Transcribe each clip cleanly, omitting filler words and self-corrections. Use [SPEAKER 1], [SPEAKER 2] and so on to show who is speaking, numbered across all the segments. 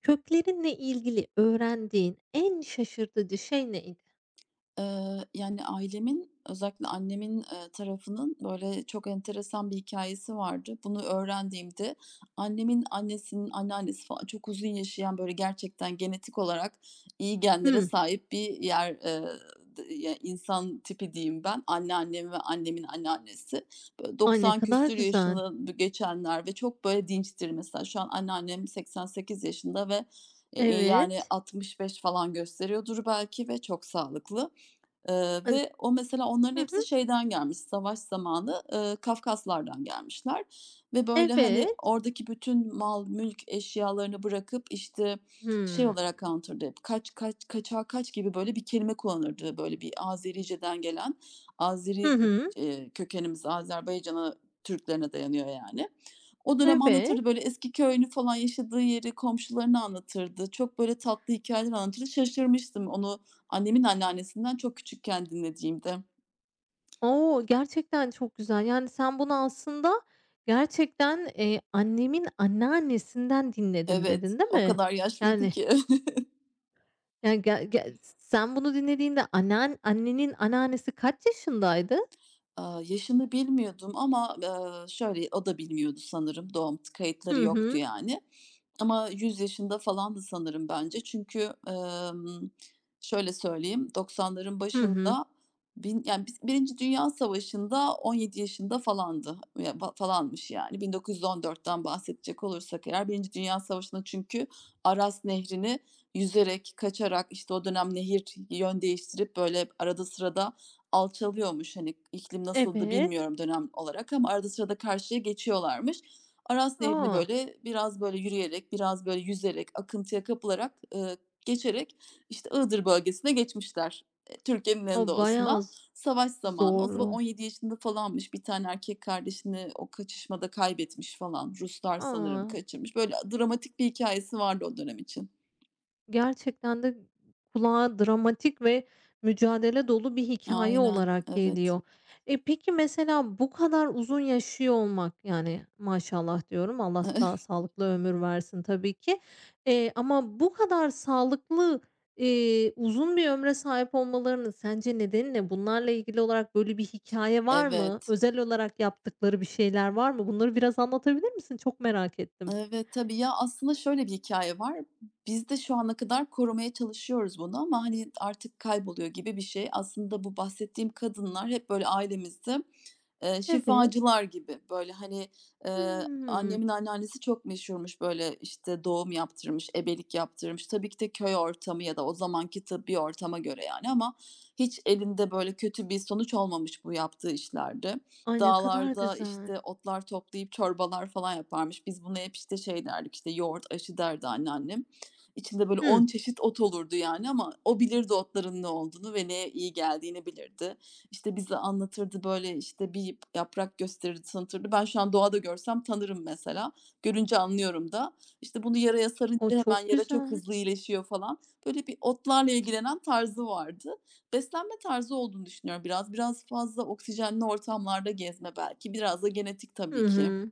[SPEAKER 1] Köklerinle ilgili öğrendiğin en şaşırtıcı şey neydi?
[SPEAKER 2] Yani, ailemin, özellikle annemin, tarafının, böyle, çok enteresan bir hikayesi vardı. Bunu öğrendiğimde annemin annesinin anneannesi falan çok uzun yaşayan, böyle, gerçekten genetik olarak iyi genlere
[SPEAKER 1] Hımm.
[SPEAKER 2] sahip bir yer, ya, insan tipi diyeyim ben. Anneannem ve annemin anneannesi. Böyle,
[SPEAKER 1] Ay, ne
[SPEAKER 2] 90
[SPEAKER 1] kadar
[SPEAKER 2] küsür
[SPEAKER 1] güzel.
[SPEAKER 2] yaşını geçenler ve çok, böyle, dinçtir mesela. Şu an anneannem 88 yaşında ve, yani,
[SPEAKER 1] Evet.
[SPEAKER 2] 65 falan gösteriyordur belki ve çok sağlıklı.
[SPEAKER 1] An
[SPEAKER 2] Ve o mesela onların
[SPEAKER 1] Hı
[SPEAKER 2] hepsi
[SPEAKER 1] hı.
[SPEAKER 2] şeyden gelmiş, savaş zamanı, Kafkaslardan gelmişler ve böyle, hani,
[SPEAKER 1] Evet.
[SPEAKER 2] oradaki bütün mal, mülk eşyalarını bırakıp, işte, şey
[SPEAKER 1] Hımm.
[SPEAKER 2] olarak anlatırdı hep, "Kaç, kaç, kaçağa kaç" gibi böyle bir kelime kullanırdı. Böyle bir Azerice'den gelen,
[SPEAKER 1] Hı
[SPEAKER 2] Azeri,
[SPEAKER 1] hı.
[SPEAKER 2] kökenimiz Azerbaycan'a, Türklerine dayanıyor yani. O dönem
[SPEAKER 1] Evet.
[SPEAKER 2] anlatırdı böyle eski köyünü falan, yaşadığı yeri, komşularını anlatırdı. Çok böyle tatlı hikayeler anlatırdı. Şaşırmıştım onu, annemin anneannesinden çok küçükken dinlediğimdi.
[SPEAKER 1] O! Gerçekten çok güzel. Yani, sen bunu aslında gerçekten, "Annemin anneannesinden dinledim."
[SPEAKER 2] Evet,
[SPEAKER 1] dedin, değil
[SPEAKER 2] o
[SPEAKER 1] mi?
[SPEAKER 2] kadar yaşlıydı
[SPEAKER 1] Yani,
[SPEAKER 2] ki.
[SPEAKER 1] yani, ge ge s sen bunu dinlediğinde annenin anneannesi kaç yaşındaydı?
[SPEAKER 2] Yaşını bilmiyordum ama, şöyle, o da bilmiyordu sanırım, doğum kayıtları
[SPEAKER 1] Hı
[SPEAKER 2] yoktu
[SPEAKER 1] hı.
[SPEAKER 2] yani. Ama 100 yaşında falandı sanırım bence. Çünkü, şöyle söyleyeyim, 90'ların
[SPEAKER 1] Hı hı.
[SPEAKER 2] başında yani, biz 1. Dünya Savaşı'nda 17 yaşında falandı. Ya, falanmış yani. 1914'ten bahsedecek olursak eğer birinci Dünya Savaşı'nda çünkü Aras Nehri'ni yüzerek, kaçarak, işte, o dönem nehir yön değiştirip, böyle, arada sırada alçalıyormuş. Hani, iklim nasıldı
[SPEAKER 1] Evet.
[SPEAKER 2] bilmiyorum dönem olarak ama arada sırada karşıya geçiyorlarmış. Aras Nehri'ni
[SPEAKER 1] A!
[SPEAKER 2] böyle biraz böyle yürüyerek, biraz böyle yüzerek, akıntıya kapılarak, geçerek, işte, Iğdır bölgesine geçmişler, Türkiye'nin en
[SPEAKER 1] O, bayağı
[SPEAKER 2] doğusuna.
[SPEAKER 1] z
[SPEAKER 2] Savaş zamanı, o zaman
[SPEAKER 1] Zorlu.
[SPEAKER 2] 17 yaşında falanmış, bir tane erkek kardeşini o kaçışmada kaybetmiş falan. Ruslar sanırım
[SPEAKER 1] A!
[SPEAKER 2] kaçırmış. Böyle dramatik bir hikâyesi vardı o dönem için.
[SPEAKER 1] Gerçekten de kulağa dramatik ve mücadele dolu bir hikaye
[SPEAKER 2] Aynen,
[SPEAKER 1] olarak
[SPEAKER 2] evet.
[SPEAKER 1] geliyor. E, peki, mesela bu kadar uzun yaşıyor olmak, yani, maşallah diyorum, Allah daha sağlıklı ömür versin tabii ki, ama bu kadar sağlıklı, uzun bir ömre sahip olmalarının sence nedeni ne? Bunlarla ilgili olarak böyle bir hikaye var mı?
[SPEAKER 2] Evet.
[SPEAKER 1] Özel olarak yaptıkları bir şeyler var mı? Bunları biraz anlatabilir misin? Çok merak ettim.
[SPEAKER 2] Evet, tabii. Ya, aslında şöyle bir hikaye var. Biz de şu ana kadar korumaya çalışıyoruz bunu ama, hani, artık kayboluyor gibi bir şey. Aslında bu bahsettiğim kadınlar hep böyle ailemizde
[SPEAKER 1] Evet.
[SPEAKER 2] şifacılar gibi, böyle, hani, eee,
[SPEAKER 1] Hımm.
[SPEAKER 2] annemin anneannesi çok meşhurmuş, böyle, işte, doğum yaptırmış, ebelik yaptırmış. Tabii ki de köy ortamı ya da o zamanki tıbbi ortama göre yani ama hiç elinde, böyle, kötü bir sonuç olmamış bu yaptığı işlerde.
[SPEAKER 1] Ay, ne kadar
[SPEAKER 2] Dağlarda,
[SPEAKER 1] güzel.
[SPEAKER 2] işte, otlar toplayıp çorbalar falan yaparmış. Biz buna hep, işte, şey derdik, işte, yoğurt aşı derdi anneannem. İçinde, böyle,
[SPEAKER 1] Hımm.
[SPEAKER 2] 10 çeşit ot olurdu yani ama o bilirdi otların ne olduğunu ve neye iyi geldiğini bilirdi. İşte, bize anlatırdı, böyle, işte, bir yaprak gösterirdi, tanıtırdı. Ben şu an doğada görsem tanırım mesela. Görünce anlıyorum da. İşte, bunu yaraya sarınca
[SPEAKER 1] O
[SPEAKER 2] hemen
[SPEAKER 1] çok
[SPEAKER 2] yara çok
[SPEAKER 1] güzel.
[SPEAKER 2] hızlı iyileşiyor falan. Böyle bir otlarla ilgilenen tarzı vardı. Beslenme tarzı olduğunu düşünüyorum biraz. Biraz fazla oksijenli ortamlarda gezme belki. Biraz da genetik
[SPEAKER 1] Hı
[SPEAKER 2] tabii ki.
[SPEAKER 1] hı.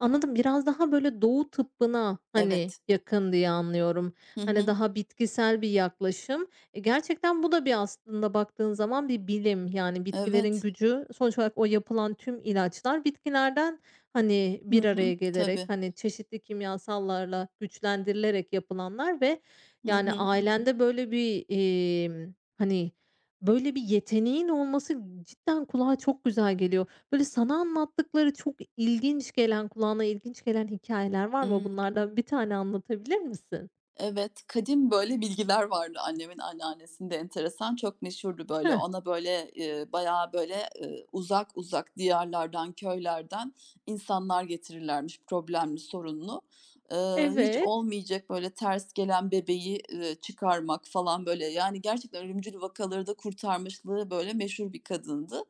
[SPEAKER 1] Anladım. Biraz daha böyle doğu tıbbına, hani,
[SPEAKER 2] Evet.
[SPEAKER 1] yakın diye anlıyorum.
[SPEAKER 2] Hı
[SPEAKER 1] Hani,
[SPEAKER 2] hı.
[SPEAKER 1] daha bitkisel bir yaklaşım. E, gerçekten bu da bir aslında baktığın zaman bir bilim. Yani bitkilerin
[SPEAKER 2] Evet.
[SPEAKER 1] gücü sonuç olarak o yapılan tüm ilaçlar bitkilerden, hani,
[SPEAKER 2] Hı
[SPEAKER 1] bir araya
[SPEAKER 2] hı.
[SPEAKER 1] gelerek,
[SPEAKER 2] Tabii.
[SPEAKER 1] hani, çeşitli kimyasallarla güçlendirilerek yapılanlar ve
[SPEAKER 2] Hı
[SPEAKER 1] yani
[SPEAKER 2] hı.
[SPEAKER 1] ailende böyle bir, hani, böyle bir yeteneğin olması cidden kulağa çok güzel geliyor. Böyle, sana anlattıkları çok ilginç gelen, kulağına ilginç gelen hikâyeler var mı?
[SPEAKER 2] Imm.
[SPEAKER 1] Bunlardan bir tane anlatabilir misin?
[SPEAKER 2] Evet, kadim böyle bilgiler vardı annemin anneannesinde enteresan. Çok meşhurdu böyle.
[SPEAKER 1] Heh,
[SPEAKER 2] Ona böyle, bayağı böyle, uzak uzak diyarlardan, köylerden insanlar getirirlermiş problemli, sorunlu. Eee, Hiç
[SPEAKER 1] evet,
[SPEAKER 2] olmayacak böyle ters gelen bebeği, çıkarmak falan böyle. Yani gerçekten ölümcül vakaları da kurtarmışlığı böyle meşhur bir kadındı.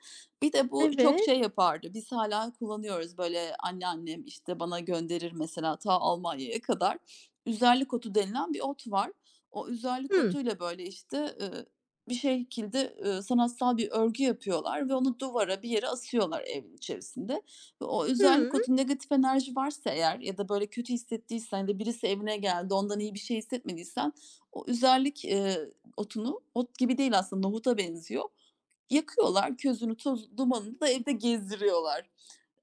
[SPEAKER 2] Bir de bu çok
[SPEAKER 1] evet.
[SPEAKER 2] şey yapardı. Biz hala kullanıyoruz böyle anneannem, işte, bana gönderir mesela ta Almanya'ya kadar. Üzerlik otu denilen bir ot var. O üzerlik
[SPEAKER 1] Hımm,
[SPEAKER 2] otuyla, böyle, işte, bir şekilde, sanatsal bir örgü yapıyorlar ve onu duvara, bir yere asıyorlar evin içerisinde ve o üzerlik
[SPEAKER 1] hımm.
[SPEAKER 2] otu negatif enerji varsa eğer ya da, böyle, kötü hissettiysen ya da birisi evine geldi, ondan iyi bir şey hissetmediysen o üzerlik, otunu, ot gibi değil aslında, nohuta benziyor, yakıyorlar, közünü, tozu dumanını da evde gezdiriyorlar.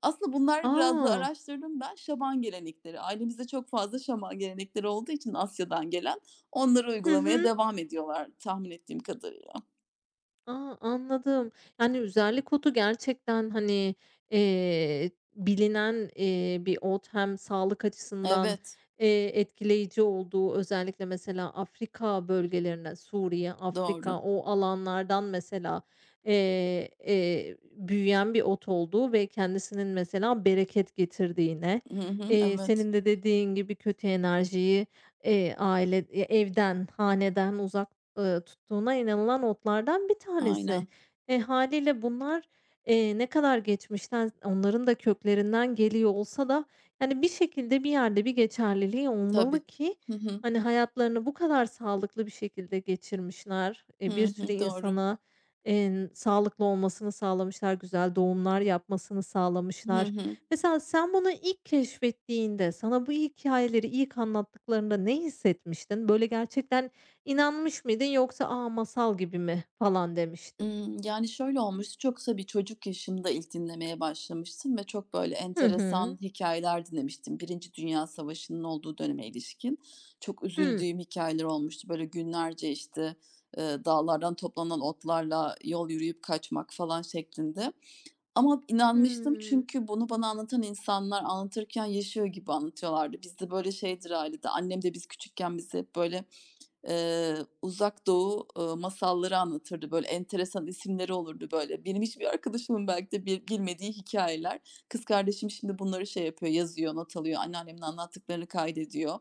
[SPEAKER 2] Aslında bunlar biraz da
[SPEAKER 1] A!
[SPEAKER 2] araştırdım ben. Şaman gelenekleri. Ailemizde çok fazla şaman gelenekleri olduğu için Asya'dan gelen onları
[SPEAKER 1] Hı
[SPEAKER 2] uygulamaya
[SPEAKER 1] hı.
[SPEAKER 2] devam ediyorlar tahmin ettiğim kadarıyla.
[SPEAKER 1] A, anladım. Yani, üzerlik otu gerçekten, hani, bilinen, bir ot hem sağlık açısından,
[SPEAKER 2] Evet,
[SPEAKER 1] etkileyici olduğu özellikle mesela Afrika bölgelerine, Suriye, Afrika
[SPEAKER 2] doğru.
[SPEAKER 1] o alanlardan mesela, büyüyen bir ot olduğu ve kendisinin mesela bereket getirdiğine,
[SPEAKER 2] Hı hı, evet,
[SPEAKER 1] senin de dediğin gibi kötü enerjiyi, aile, evden, haneden uzak tuttuğuna inanılan otlardan bir tanesi.
[SPEAKER 2] aynen.
[SPEAKER 1] E, hâliyle bunlar, ne kadar geçmişten onların da köklerinden geliyor olsa da, yani, bir şekilde bir yerde bir geçerliliği
[SPEAKER 2] Tabii.
[SPEAKER 1] olmalı ki,
[SPEAKER 2] Hı hı,
[SPEAKER 1] hani, hayatlarını bu kadar sağlıklı bir şekilde geçirmişler.
[SPEAKER 2] hı
[SPEAKER 1] E, bir sürü
[SPEAKER 2] hı, doğru.
[SPEAKER 1] insana, sağlıklı olmasını sağlamışlar, güzel doğumlar yapmasını
[SPEAKER 2] Hı
[SPEAKER 1] sağlamışlar.
[SPEAKER 2] hı.
[SPEAKER 1] Mesela sen bunu ilk keşfettiğinde, sana bu hikâyeleri ilk anlattıklarında ne hissetmiştin? Böyle gerçekten İnanmış mıydın yoksa, "A, masal gibi mi?" falan demiştin?
[SPEAKER 2] Yani, şöyle olmuştu, çok tabii çocuk yaşımda ilk dinlemeye başlamıştım ve çok, böyle,
[SPEAKER 1] Hı hı.
[SPEAKER 2] enteresan hikâyeler dinlemiştim. Birinci Dünya Savaşı'nın olduğu döneme ilişkin çok
[SPEAKER 1] hı
[SPEAKER 2] üzüldüğüm hikâyeler olmuştu. Böyle, günlerce, işte, dağlardan toplanan otlarla yol yürüyüp kaçmak falan şeklinde ama inanmıştım
[SPEAKER 1] Hımm.
[SPEAKER 2] çünkü bunu bana anlatan insanlar anlatırken yaşıyor gibi anlatıyorlardı. Bizde böyle şeydir ailede, annem de biz küçükken bizi hep, böyle, Eee, Uzak Doğu, masalları anlatırdı. Böyle enteresan isimleri olurdu böyle. Benim hiçbir arkadaşımın belki de bilmediği hikayeler Kız kardeşim şimdi bunları şey yapıyor, yazıyor, not alıyor. Anneannemin anlattıklarını kaydediyor.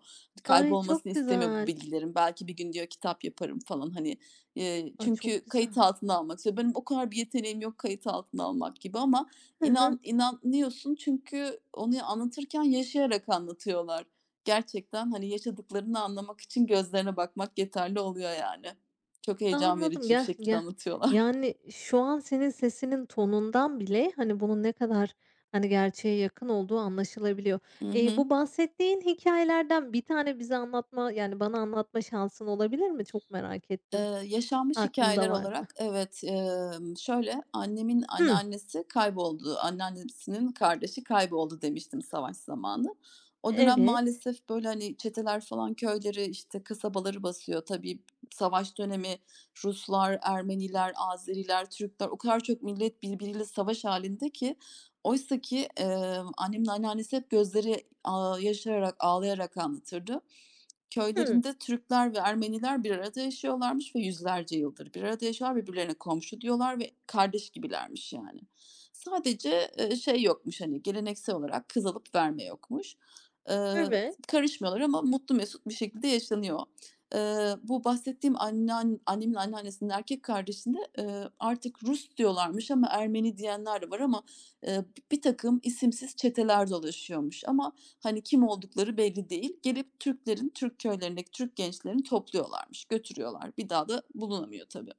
[SPEAKER 1] Ay, çok
[SPEAKER 2] Kaybolmasını istemiyor bu
[SPEAKER 1] güzel.
[SPEAKER 2] bilgilerin. Belki bir gün diyor kitap yaparım falan hani.
[SPEAKER 1] Ay, çok
[SPEAKER 2] Çünkü
[SPEAKER 1] güzel.
[SPEAKER 2] kayıt altına almak istiyor. Benim o kadar bir yeteneğim yok kayıt altına almak gibi ama
[SPEAKER 1] Hı hı.
[SPEAKER 2] inanıyorsun çünkü onu anlatırken yaşayarak anlatıyorlar. Gerçekten, hani, yaşadıklarını anlamak için gözlerine bakmak yeterli oluyor yani. Çok heyecan
[SPEAKER 1] Anladım.
[SPEAKER 2] verici bir
[SPEAKER 1] Ya
[SPEAKER 2] şekilde
[SPEAKER 1] ya.
[SPEAKER 2] anlatıyorlar.
[SPEAKER 1] Yani, şu an senin sesinin tonundan bile, hani, bunun ne kadar, hani, gerçeğe yakın olduğu anlaşılabiliyor.
[SPEAKER 2] Hı hı.
[SPEAKER 1] Bu bahsettiğin hikâyelerden bir tane bize anlatma, yani, bana anlatma şansın olabilir mi? Çok merak ettim,
[SPEAKER 2] Eee, Yaşanmış hikayeler
[SPEAKER 1] aklında
[SPEAKER 2] olarak
[SPEAKER 1] varsa.
[SPEAKER 2] evet, şöyle, annemin
[SPEAKER 1] Hımm.
[SPEAKER 2] anneannesi kayboldu. Anneannesinin kardeşi kayboldu demiştim savaş zamanı. O dönem
[SPEAKER 1] Evet.
[SPEAKER 2] maalesef, böyle, hani, çeteler falan köyleri, işte, kasabaları basıyor. Tabii savaş dönemi Ruslar, Ermeniler, Azeriler, Türkler o kadar çok millet birbiriyle savaş halinde ki oysaki, annemin anneannesi hep gözleri, yaşararak, ağlayarak anlatırdı.
[SPEAKER 1] Hımm.
[SPEAKER 2] Köylerinde Türkler ve Ermeniler bir arada yaşıyorlarmış ve yüzlerce yıldır bir arada yaşıyorlar. Birbirlerine komşu diyorlar ve kardeş gibilermiş yani. Sadece, şey yokmuş, hani, geleneksel olarak kız alıp verme yokmuş. Eee,
[SPEAKER 1] Evet.
[SPEAKER 2] Karışmıyorlar ama mutlu mesut bir şekilde yaşanıyor. Bu bahsettiğim annemin anneannesinin erkek kardeşine, artık Rus diyorlarmış ama Ermeni diyenler de var ama e, bir takım isimsiz çeteler dolaşıyormuş ama, hani, kim oldukları belli değil. Gelip Türklerin, Türk köylerindeki Türk gençlerini topluyorlarmış, götürüyorlar. Bir daha da bulunamıyor tabii.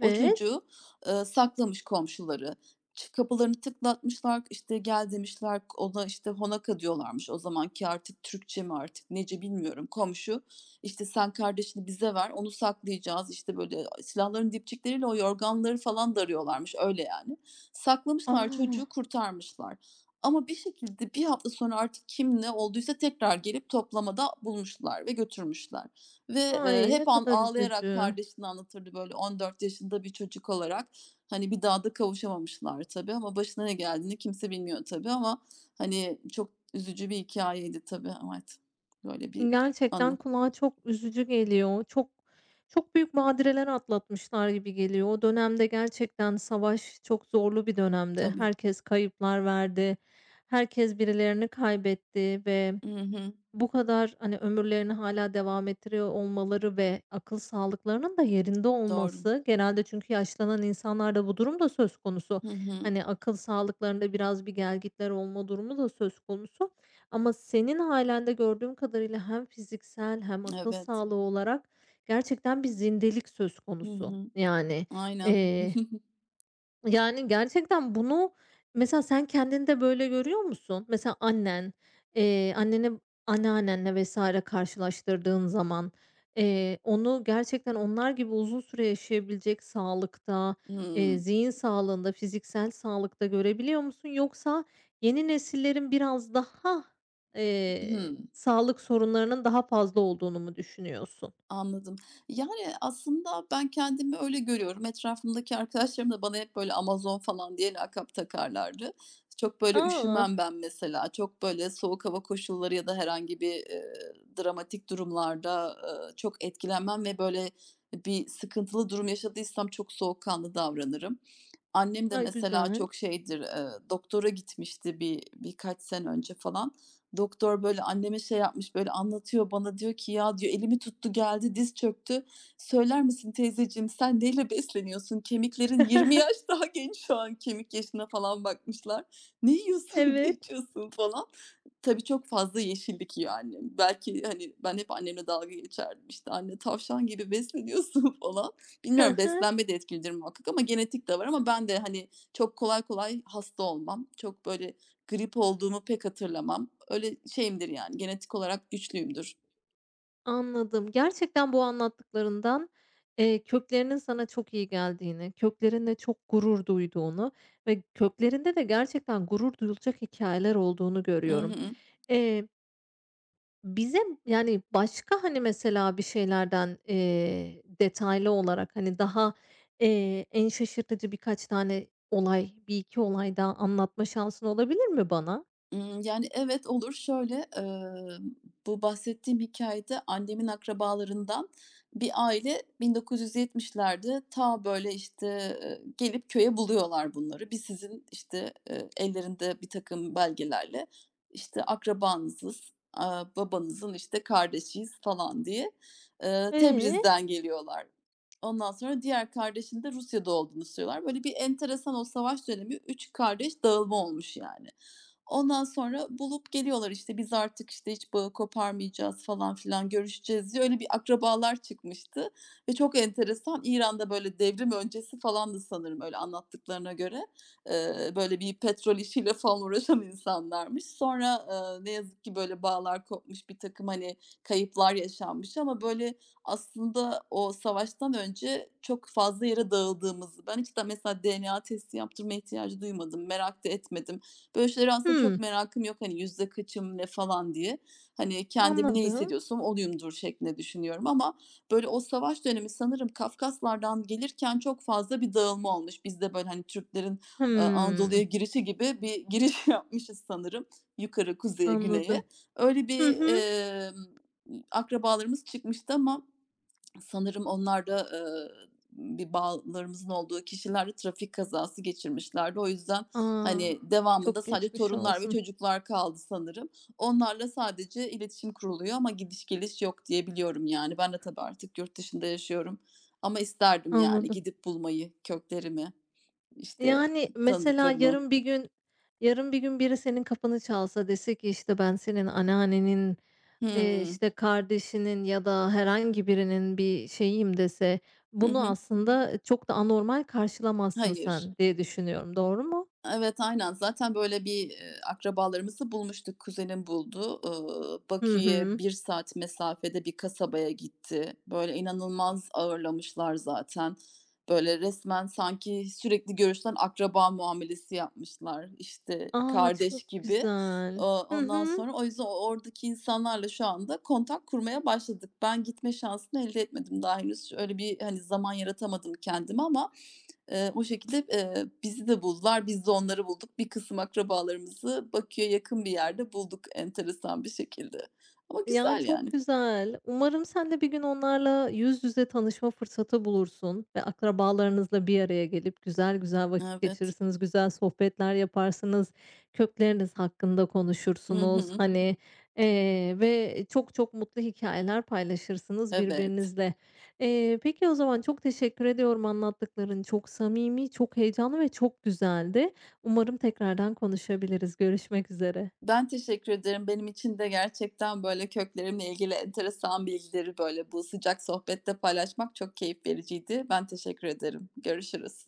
[SPEAKER 2] O çocuğu, saklamış komşuları. Kapılarını tıklatmışlar, işte, "Gel." demişler. Ona, işte, "Honaka." diyorlarmış o zamanki artık Türkçe mi artık nece bilmiyorum. Komşu, işte, "Sen kardeşini bize ver, onu saklayacağız." işte böyle, silahların dipçikleriyle o yorganları falan darıyorlarmış, öyle yani. Saklamışlar
[SPEAKER 1] A!
[SPEAKER 2] çocuğu, kurtarmışlar ama bir şekilde bir hafta sonra artık kim ne olduysa tekrar gelip toplamada bulmuşlar ve götürmüşler. Ve,
[SPEAKER 1] Ay, ne
[SPEAKER 2] hep
[SPEAKER 1] kadar
[SPEAKER 2] ağlayarak
[SPEAKER 1] üzücü.
[SPEAKER 2] kardeşini anlatırdı böyle 14 yaşında bir çocuk olarak. Hani, bir daha da kavuşamamışlar tabii ama başına ne geldiğini kimse bilmiyor tabii ama, hani, çok üzücü bir hikâyeydi tabii, evet. Böyle bir
[SPEAKER 1] Gerçekten
[SPEAKER 2] anı.
[SPEAKER 1] kulağa çok üzücü geliyor. Çok çok büyük badireler atlatmışlar gibi geliyor. O dönemde gerçekten savaş çok zorlu bir dönemdi.
[SPEAKER 2] Tabii.
[SPEAKER 1] Herkes kayıplar verdi. Herkes birilerini kaybetti ve
[SPEAKER 2] Hı hı.
[SPEAKER 1] bu kadar, hani, ömürlerini hala devam ettiriyor olmaları ve akıl sağlıklarının da yerinde
[SPEAKER 2] Doğru.
[SPEAKER 1] olması genelde çünkü yaşlanan insanlarda bu durum da söz konusu.
[SPEAKER 2] Hı hı.
[SPEAKER 1] Hani, akıl sağlıklarında biraz bir gelgitler olma durumu da söz konusu ama senin hâlen de gördüğüm kadarıyla hem fiziksel hem akıl
[SPEAKER 2] Evet.
[SPEAKER 1] sağlığı olarak gerçekten bir zindelik söz
[SPEAKER 2] Hı
[SPEAKER 1] konusu.
[SPEAKER 2] hı.
[SPEAKER 1] Yani,
[SPEAKER 2] Aynen.
[SPEAKER 1] yani, gerçekten bunu mesela sen kendinde böyle görüyor musun? Mesela annene anneannenle vesaire karşılaştırdığın zaman, onu gerçekten onlar gibi uzun süre yaşayabilecek sağlıkta,
[SPEAKER 2] Hımm.
[SPEAKER 1] zihin sağlığında, fiziksel sağlıkta görebiliyor musun? Yoksa yeni nesillerin biraz daha,
[SPEAKER 2] Hı.
[SPEAKER 1] sağlık sorunlarının daha fazla olduğunu mu düşünüyorsun?
[SPEAKER 2] Anladım. Yani, aslında ben kendimi öyle görüyorum. Etrafımdaki arkadaşlarım da bana hep böyle Amazon falan diye lakap takarlardı. Çok böyle
[SPEAKER 1] Aa,
[SPEAKER 2] üşümem ben mesela. Çok böyle soğuk hava koşulları ya da herhangi bir, dramatik durumlarda, çok etkilenmem ve böyle bir sıkıntılı durum yaşadıysam çok soğukkanlı davranırım. Annem de
[SPEAKER 1] A,
[SPEAKER 2] mesela
[SPEAKER 1] güzel.
[SPEAKER 2] çok şeydir, doktora gitmişti birkaç sene önce falan. Doktor böyle anneme şey yapmış, böyle anlatıyor bana diyor ki "Ya" diyor, "elimi tuttu geldi, diz çöktü. Söyler misin teyzeciğim sen neyle besleniyorsun? Kemiklerin 20 yaş daha genç şu an." Kemik yaşına falan bakmışlar. "Ne yiyorsun, ne
[SPEAKER 1] Evet.
[SPEAKER 2] içiyorsun?" falan. Tabii çok fazla yeşillik yiyor annem. Belki, hani, ben hep annemle dalga geçerdim, işte, "Anne tavşan gibi besleniyorsun." falan. Bilmiyorum beslenme de etkilidir muhakkak ama genetik de var ama ben de, hani, çok kolay kolay hasta olmam. Çok böyle grip olduğumu pek hatırlamam. Öyle şeyimdir yani, genetik olarak güçlüyümdür.
[SPEAKER 1] Anladım. Gerçekten bu anlattıklarından, köklerinin sana çok iyi geldiğini, köklerinle çok gurur duyduğunu ve köklerinde de gerçekten gurur duyulacak hikayeler olduğunu
[SPEAKER 2] I
[SPEAKER 1] görüyorum.
[SPEAKER 2] hı.
[SPEAKER 1] Eee, Bize, yani, başka, hani, mesela bir şeylerden, detaylı olarak, hani, daha, en şaşırtıcı birkaç tane olay, bir iki olay daha anlatma şansın olabilir mi bana?
[SPEAKER 2] Yani, evet, olur. Şöyle, bu bahsettiğim hikâyede annemin akrabalarından bir aile 1970'lerde ta, böyle, işte, gelip köye buluyorlar bunları. "Biz sizin" işte, ellerinde birtakım belgelerle, işte, "akrabanızız, babanızın, işte, kardeşiyiz." falan diye,
[SPEAKER 1] Eee?
[SPEAKER 2] Tebriz'den geliyorlar. Ondan sonra diğer kardeşinin de Rusya'da olduğunu söylüyorlar. Böyle bir enteresan o savaş dönemi 3 kardeş dağılma olmuş yani. Ondan sonra bulup geliyorlar işte, "Biz artık, işte, hiç bağı koparmayacağız." falan filan, "Görüşeceğiz." diye öyle bir akrabalar çıkmıştı ve çok enteresan. İran'da, böyle, devrim öncesi falandı sanırım öyle anlattıklarına göre. Böyle, bir petrol işiyle falan uğraşan insanlarmış. Sonra, ne yazık ki, böyle, bağlar kopmuş, bir takım hani, kayıplar yaşanmış ama, böyle, aslında o savaştan önce çok fazla yere dağıldığımızı Ben hiç de mesela DNA testi yaptırmaya ihtiyacı duymadım, merak da etmedim. Böyle şeylere aslında çok
[SPEAKER 1] Hımm.
[SPEAKER 2] merakım yok hani yüzde kaçım ne falan diye. Hani kendimi ne
[SPEAKER 1] Anladım.
[SPEAKER 2] hissediyorsam oluyumdur şeklinde düşünüyorum ama böyle o savaş dönemi sanırım Kafkaslardan gelirken çok fazla bir dağılma olmuş. Biz de böyle hani Türklerin, Anadolu'ya
[SPEAKER 1] Hımm.
[SPEAKER 2] girişi gibi bir giriş yapmışız sanırım yukarı, kuzeye, güneye.
[SPEAKER 1] Anladım.
[SPEAKER 2] Öyle
[SPEAKER 1] Hı
[SPEAKER 2] bir,
[SPEAKER 1] hı.
[SPEAKER 2] emm, akrabalarımız çıkmıştı ama Sanırım onlar da, bir bağlarımızın olduğu kişiler de trafik kazası geçirmişlerdi. O yüzden,
[SPEAKER 1] A!
[SPEAKER 2] hani, devamında
[SPEAKER 1] Çok
[SPEAKER 2] sadece
[SPEAKER 1] geçmiş
[SPEAKER 2] torunlar ve
[SPEAKER 1] olsun.
[SPEAKER 2] çocuklar kaldı sanırım. Onlarla sadece iletişim kuruluyor ama gidiş geliş yok diye biliyorum, yani. Ben de tabii artık yurt dışında yaşıyorum ama isterdim, yani,
[SPEAKER 1] Anladım.
[SPEAKER 2] gidip bulmayı, köklerimi, işte,
[SPEAKER 1] Yani, mesela
[SPEAKER 2] tanıdıklarımı.
[SPEAKER 1] yarın bir gün biri senin kapını çalsa dese ki, işte, ben senin anneannenin,
[SPEAKER 2] Hımm.
[SPEAKER 1] işte, kardeşinin ya da herhangi birinin bir şeyiyim dese,
[SPEAKER 2] Hı
[SPEAKER 1] bunu
[SPEAKER 2] hı.
[SPEAKER 1] aslında çok da anormal karşılamazsın
[SPEAKER 2] Hayır.
[SPEAKER 1] sen diye düşünüyorum. Doğru mu?
[SPEAKER 2] Evet, aynen. Zaten böyle bir, akrabalarımızı bulmuştuk. Kuzenim buldu.
[SPEAKER 1] Hı
[SPEAKER 2] Bakü'ye
[SPEAKER 1] hı.
[SPEAKER 2] bir saat mesafede bir kasabaya gitti. Böyle inanılmaz ağırlamışlar zaten. Böyle resmen sanki sürekli görüşülen akraba muamelesi yapmışlar, İşte
[SPEAKER 1] A!
[SPEAKER 2] kardeş
[SPEAKER 1] Çok
[SPEAKER 2] gibi.
[SPEAKER 1] güzel. Hı
[SPEAKER 2] Ondan
[SPEAKER 1] hı.
[SPEAKER 2] sonra o yüzden o oradaki insanlarla şu anda kontak kurmaya başladık. Ben gitme şansını elde etmedim daha henüz. Öyle bir, hani, zaman yaratamadım kendime ama o şekilde, bizi de buldular, biz de onları bulduk. Bir kısım akrabalarımızı Bakü'ye yakın bir yerde bulduk enteresan bir şekilde. Ama
[SPEAKER 1] Ya,
[SPEAKER 2] güzel
[SPEAKER 1] çok
[SPEAKER 2] yani.
[SPEAKER 1] güzel. Umarım sen de bir gün onlarla yüz yüze tanışma fırsatı bulursun ve akrabalarınızla bir araya gelip güzel güzel vakit
[SPEAKER 2] Evet.
[SPEAKER 1] geçirirsiniz, güzel sohbetler yaparsınız, kökleriniz hakkında
[SPEAKER 2] Hı
[SPEAKER 1] konuşursunuz,
[SPEAKER 2] hı.
[SPEAKER 1] hani, ve çok çok mutlu hikayeler paylaşırsınız
[SPEAKER 2] Evet.
[SPEAKER 1] birbirinizle. Peki o zaman çok teşekkür ediyorum anlattıkların çok samimi, çok heyecanlı ve çok güzeldi. Umarım tekrardan konuşabiliriz. Görüşmek üzere.
[SPEAKER 2] Ben teşekkür ederim. Benim için de gerçekten, böyle, köklerimle ilgili enteresan bilgileri, böyle, bu sıcak sohbette paylaşmak çok keyif vericiydi. Ben teşekkür ederim. Görüşürüz.